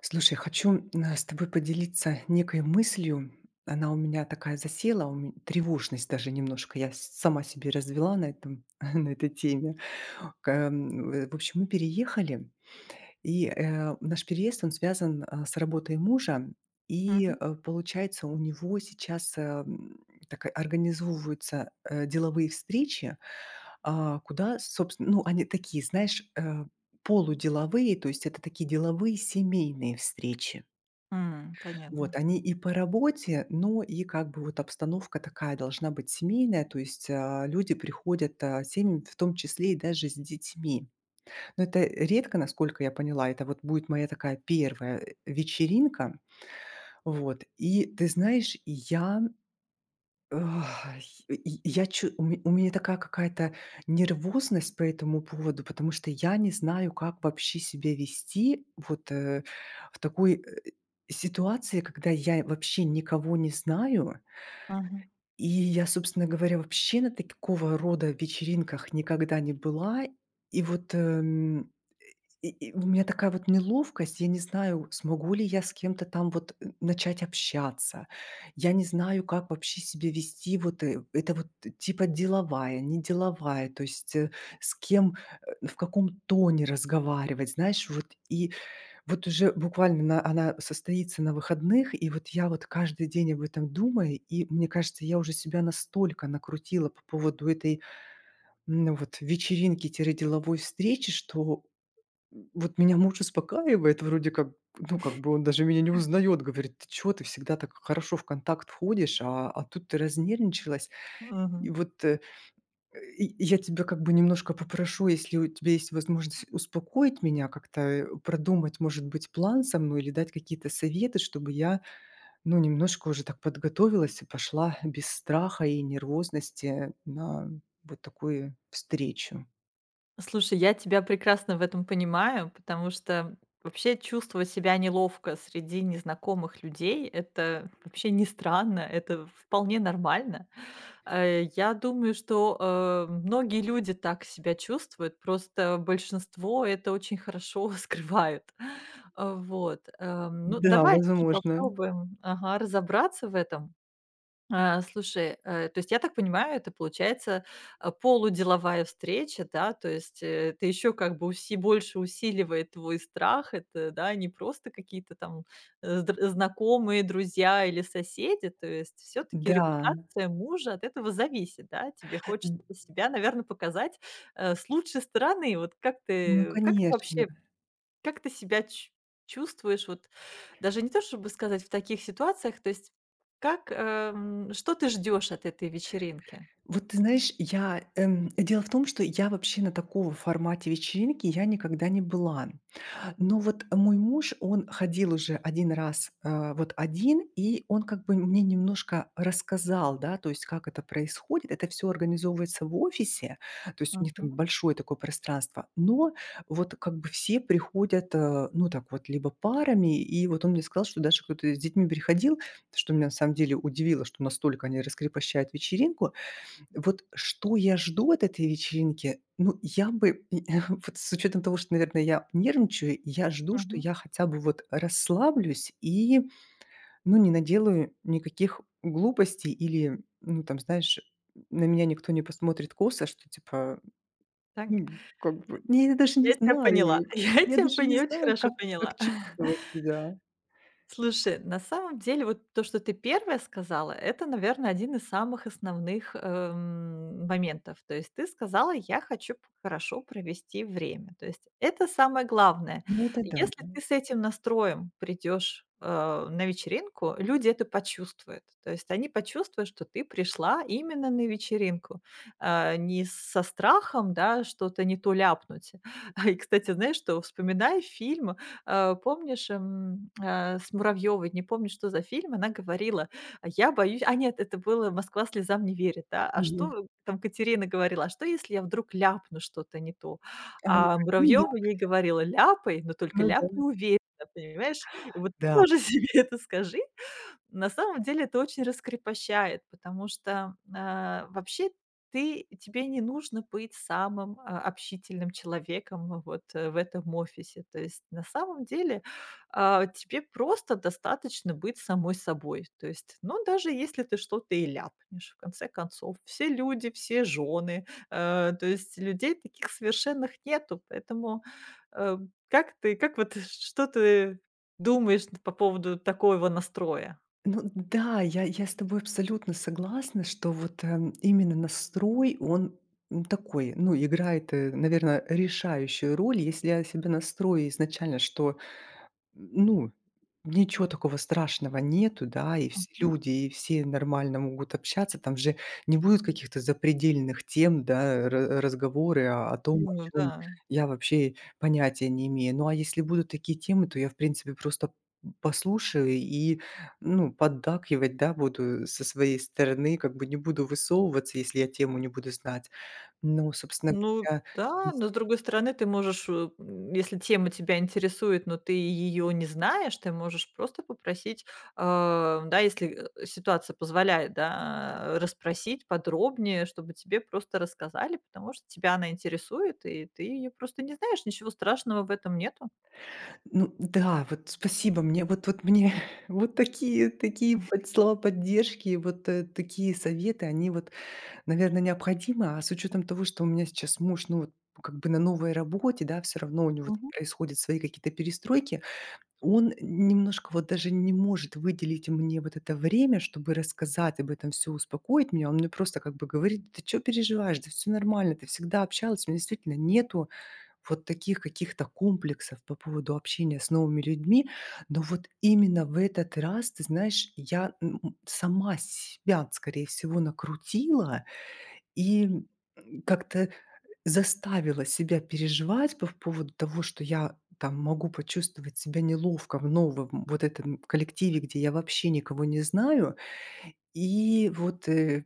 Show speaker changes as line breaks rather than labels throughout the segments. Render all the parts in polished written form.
Слушай, хочу с тобой поделиться некой мыслью. Она у меня такая засела, тревожность даже немножко. Я сама себе развела на этом, на этой теме. В общем, мы переехали, и, наш переезд, он связан, с работой мужа. И,
Мгм.
получается, у него сейчас, так и организовываются, деловые встречи, куда, собственно, ну, они такие, знаешь, полуделовые, то есть это такие деловые семейные встречи.
М,
Вот,
понятно.
они и по работе, но и как бы вот обстановка такая должна быть семейная, то есть, люди приходят, семьями, в том числе и даже с детьми. Но это редко, насколько я поняла. Это вот будет моя такая первая вечеринка. Вот. И ты знаешь, я, ах, и я чу у ме у меня такая какая-то нервозность по этому поводу, потому что я не знаю, как вообще себя вести вот, в такой, ситуации, когда я вообще никого не знаю.
Мгм.
И я, собственно говоря, вообще на такого рода вечеринках никогда не была. И вот, у меня такая вот неловкость. Я не знаю, смогу ли я с кем-то там вот, начать общаться. Я не знаю, как вообще себя вести. Вот, это вот типа деловая, не деловая, то есть, с кем, в каком тоне разговаривать, знаешь. Вот и вот уже буквально на она состоится на выходных, и вот я вот каждый день об этом думаю, и мне кажется, я уже себя настолько накрутила по поводу этой, ну, вот вечеринки тире деловой встречи, что вот меня муж успокаивает, вроде как, ну, как бы он даже меня не узнает, говорит: "Ты чё, ты всегда так хорошо в контакт входишь, а тут ты разнервничалась". И
Мгм.
вот, я тебя как бы немножко попрошу, если у тебя есть возможность, успокоить меня, как-то, продумать, может быть, план со мной или дать какие-то советы, чтобы я, ну, немножко уже так подготовилась и пошла без страха и нервозности на вот такую встречу.
Слушай, я тебя прекрасно в этом понимаю, потому что вообще чувствовать себя неловко среди незнакомых людей — это вообще не странно, это вполне нормально. Я думаю, что, многие люди так себя чувствуют, просто большинство это очень хорошо скрывают. Ну,
Да,
давай, слушай,
возможно.
попробуем, ага, разобраться в этом. Слушай, то есть я так понимаю, это получается, полуделовая встреча, да? То есть, это еще как бы уси больше усиливает твой страх. Это, да, не просто какие-то там, э, здр знакомые, друзья или соседи. То есть все-таки
Да.
репутация мужа от этого зависит, да? Тебе хочется себя, наверное, показать, с лучшей стороны. Вот как
Ну,
ты как ты
конечно.
вообще как ты себя чу чувствуешь? Вот даже не то, чтобы сказать в таких ситуациях, то есть как, что ты ждешь от этой вечеринки?
Вот ты знаешь, я, дело в том, что я вообще на такого формате вечеринки я никогда не была. Но вот мой муж, он ходил уже один раз, вот один, и он как бы мне немножко рассказал, да, то есть как это происходит. Это все организовывается в офисе, то есть у них там
Мгм,
большое такое пространство. Но вот как бы все приходят, ну так вот, либо парами, и вот он мне сказал, что даже кто-то с детьми приходил, что меня на самом деле удивило, что настолько они раскрепощают вечеринку. Вот что я жду от этой вечеринки? Ну, я бы, вот с учетом того, что, наверное, я нервничаю, я жду, что
мгм.
я хотя бы вот расслаблюсь и, ну, не наделаю никаких глупостей или, ну, там, знаешь, на меня никто не посмотрит косо, что типа,
Так.
ну, как бы, не, я даже не
Я тебя поняла,
знаю,
я тебя поня очень хорошо
как
поняла.
чувствовать себя.
Слушай, на самом деле, вот то, что ты первая сказала, это, наверное, один из самых основных, моментов. То есть ты сказала: "Я хочу п хорошо провести время". То есть это самое главное.
Ну, это да.
Если ты с этим настроем придешь на вечеринку, люди это почувствуют. То есть они почувствуют, что ты пришла именно на вечеринку, а не со страхом, да, что-то не то ляпнуть. И, кстати, знаешь что, вспоминая фильм, с Муравьевой? Не помню, что за фильм, она говорила: "Я боюсь". А нет, это было "Москва слезам не верит", да. А
Мгм.
что там Катерина говорила: "А что, если я вдруг ляпну что-то не то?"
А они
А
как: "Ну, я".
Муравьева ей говорила: "Ляпай, но только
Ну да.
ляпай уверенно", понимаешь? И вот ты
Да.
тоже себе это скажи, на самом деле это очень раскрепощает, потому что, вообще ты тебе не нужно быть самым, общительным человеком вот, в этом офисе. То есть на самом деле, тебе просто достаточно быть самой собой. То есть, ну, даже если ты что-то и ляпнешь, в конце концов, все люди, все жены, то есть людей таких совершенных нету. Поэтому, э, как что ты думаешь по поводу такого настроя?
Ну да, я с тобой абсолютно согласна, что вот, именно настрой, он, такой, ну, играет, наверное, решающую роль. Если я себя настрою изначально, что ну, ничего такого страшного нету, да, и все
М,
люди, и все нормально могут общаться. Там же не будет каких-то запредельных тем, да, ра разговоры о том, о
ну
чем
да.
я вообще понятия не имею. Ну, а если будут такие темы, то я, в принципе, просто послушаю и, ну, поддакивать, да, буду со своей стороны, как бы не буду высовываться, если я тему не буду знать. Но, собственно
Ну
говоря,
да,
если
но, с другой стороны, ты можешь, если тема тебя интересует, но ты ее не знаешь, ты можешь просто попросить, да, если, ситуация позволяет, да, расспросить подробнее, чтобы тебе просто рассказали, потому что тебя она интересует, и ты ее просто не знаешь, ничего страшного в этом нету.
ну да, вот спасибо мне. Вот мне вот такие под слова поддержки, вот, такие советы, они вот, наверное, необходимы. А с учетом того, что у меня сейчас муж, ну, вот как бы на новой работе, да, все равно у него там
Мгм.
происходят свои какие-то перестройки, он немножко вот даже не может выделить мне вот это время, чтобы рассказать об этом все, успокоить меня. Он мне просто как бы говорит: "Ты что переживаешь? Да все нормально, ты всегда общалась". У меня действительно нету вот таких каких-то комплексов по поводу общения с новыми людьми. Но вот именно в этот раз, ты знаешь, я, сама себя, скорее всего, накрутила и, как-то заставила себя переживать по поводу того, что я там могу почувствовать себя неловко в новом вот этом коллективе, где я вообще никого не знаю. И вот,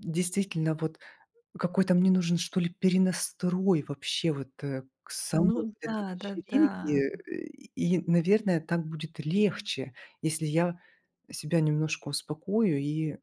действительно, вот какой-то мне нужен, что ли, перенастрой вообще вот, к самой
Ну
вот этой
да, да-да.
вечеринке. И, наверное, так будет легче, если я себя немножко успокою и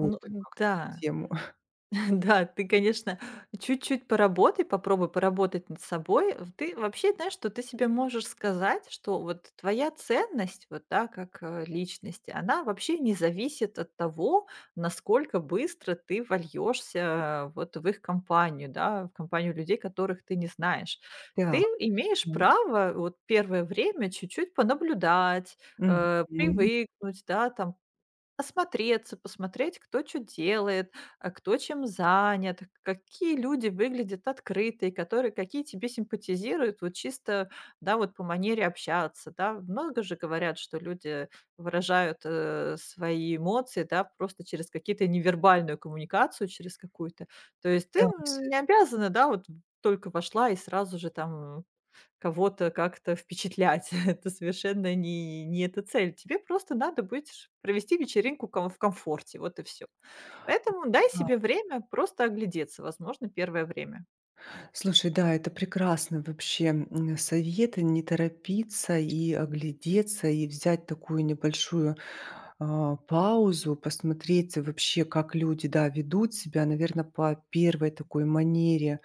Ну
как-то
да.
тему.
Да, ты, конечно, чуть-чуть поработай, попробуй поработать над собой. Ты вообще знаешь, что ты себе можешь сказать, что вот твоя ценность, вот да, как личности, она вообще не зависит от того, насколько быстро ты вольешься вот в их компанию, да, в компанию людей, которых ты не знаешь. Ты
Так,
имеешь
мгм.
право вот первое время чуть-чуть понаблюдать,
Мгм.
привыкнуть, да, там осмотреться, посмотреть, кто что делает, кто чем занят, какие люди выглядят открытые, которые какие тебе симпатизируют вот чисто, да, вот по манере общаться, да. Много же говорят, что люди выражают, свои эмоции, да, просто через какие-то невербальную коммуникацию, через какую-то. То есть ты,
Да, всё.
не обязана, да, вот только вошла и сразу же там кого-то как-то впечатлять. Это совершенно не эта цель. Тебе просто надо будет провести вечеринку в комфорте. Вот и все. Поэтому дай себе время просто оглядеться, возможно, первое время.
Слушай, да, это прекрасно вообще, совет. Не торопиться и оглядеться, и взять такую небольшую, паузу, посмотреть вообще, как люди, да, ведут себя. Наверное по первой такой манере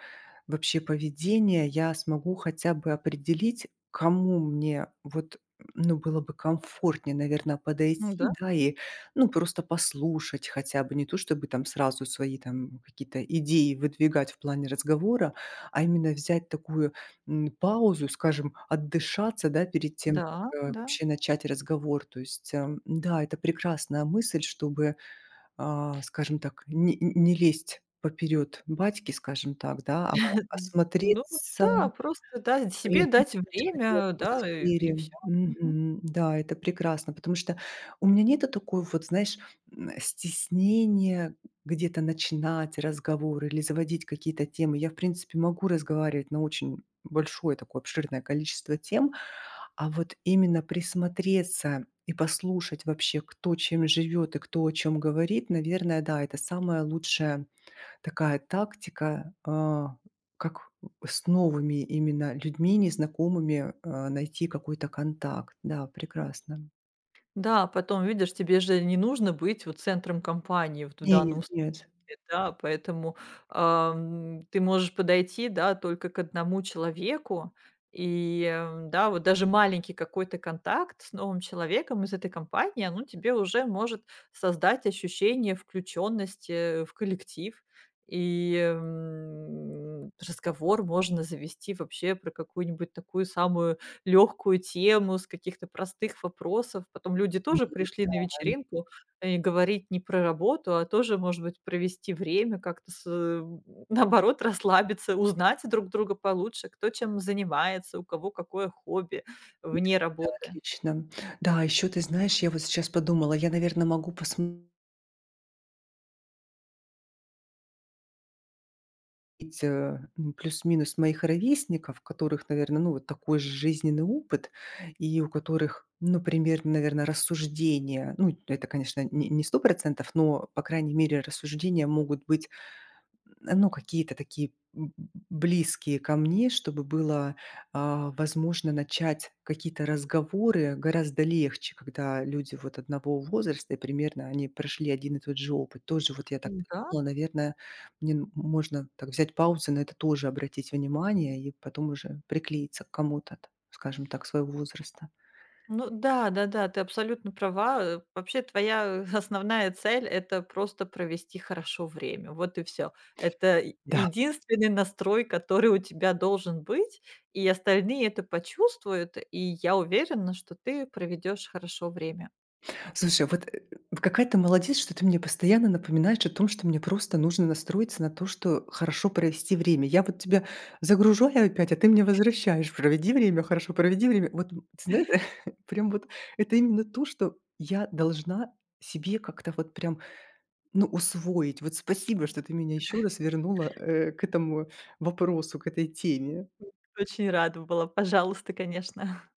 вообще поведения я смогу хотя бы определить, кому мне вот, ну, было бы комфортнее, наверное
Ну
подойти,
да,
да, и, ну, просто послушать хотя бы. Не то чтобы там сразу свои там какие-то идеи выдвигать в плане разговора, а именно взять такую, паузу, скажем, отдышаться, да, перед тем, как,
да, да.
вообще начать разговор. То есть, да, это прекрасная мысль, чтобы, скажем так, не лезть поперёд батьки, скажем так, да, а
Ну
осмотреться.
да, просто да, себе
Привыкнуть
дать
к этой
время, да, и
атмосфере.
все.
Мгм. Да, это прекрасно, потому что у меня нету такой вот, знаешь, стеснения где-то начинать разговор или заводить какие-то темы. Я, в принципе, могу разговаривать на очень большое такое обширное количество тем, а вот именно присмотреться и послушать вообще, кто чем живет и кто о чем говорит, наверное, да, это самое лучшее. Такая тактика, как с новыми именно людьми, незнакомыми, найти какой-то контакт. Да, прекрасно.
Да, потом, видишь, тебе же не нужно быть вот центром компании в
Нет,
данном.
нет.
Да, поэтому, ты можешь подойти, да, только к одному человеку. И, да, вот даже маленький какой-то контакт с новым человеком из этой компании, ну, тебе уже может создать ощущение включенности в коллектив. И, разговор можно завести вообще про какую-нибудь такую самую легкую тему с каких-то простых вопросов. Потом люди тоже
Мгм.
пришли на вечеринку, и говорить не про работу, а тоже, может быть, провести время как-то с наоборот, расслабиться, узнать друг друга получше, кто чем занимается, у кого какое хобби
Да,
вне
да,
работы.
отлично. Да, еще ты знаешь, я вот сейчас подумала, я, наверное, могу посмотреть, ну, плюс-минус моих ровесников, у которых, наверное, ну, вот такой же жизненный опыт и у которых, ну, примерно, наверное, рассуждения, ну, это, конечно, не 100%, но, по крайней мере, рассуждения могут быть ну, какие-то такие б близкие ко мне, чтобы было, возможно начать какие-то разговоры гораздо легче, когда люди вот одного возраста и примерно они прошли один и тот же опыт. Тоже вот я так
Да.
подумала, наверное, мне н можно так взять паузу, на это тоже обратить внимание и потом уже приклеиться к кому-то, т скажем так, своего возраста.
Ну да, да-да, ты абсолютно права. Вообще твоя основная цель — это просто провести хорошо время. Вот и все. Это е
Да.
единственный настрой, который у тебя должен быть, и остальные это почувствуют. И я уверена, что ты проведешь хорошо время.
Слушай, вот какая ты молодец, что ты мне постоянно напоминаешь о том, что мне просто нужно настроиться на то, что хорошо провести время. Я вот тебя загружаю опять, а ты мне возвращаешь. Проведи время, хорошо, проведи время. Вот, ты знаешь, прям вот это именно то, что я должна себе как-то вот прям, ну, усвоить. Вот спасибо, что ты меня еще раз вернула к этому вопросу, к этой теме.
Очень рада была. Пожалуйста, конечно.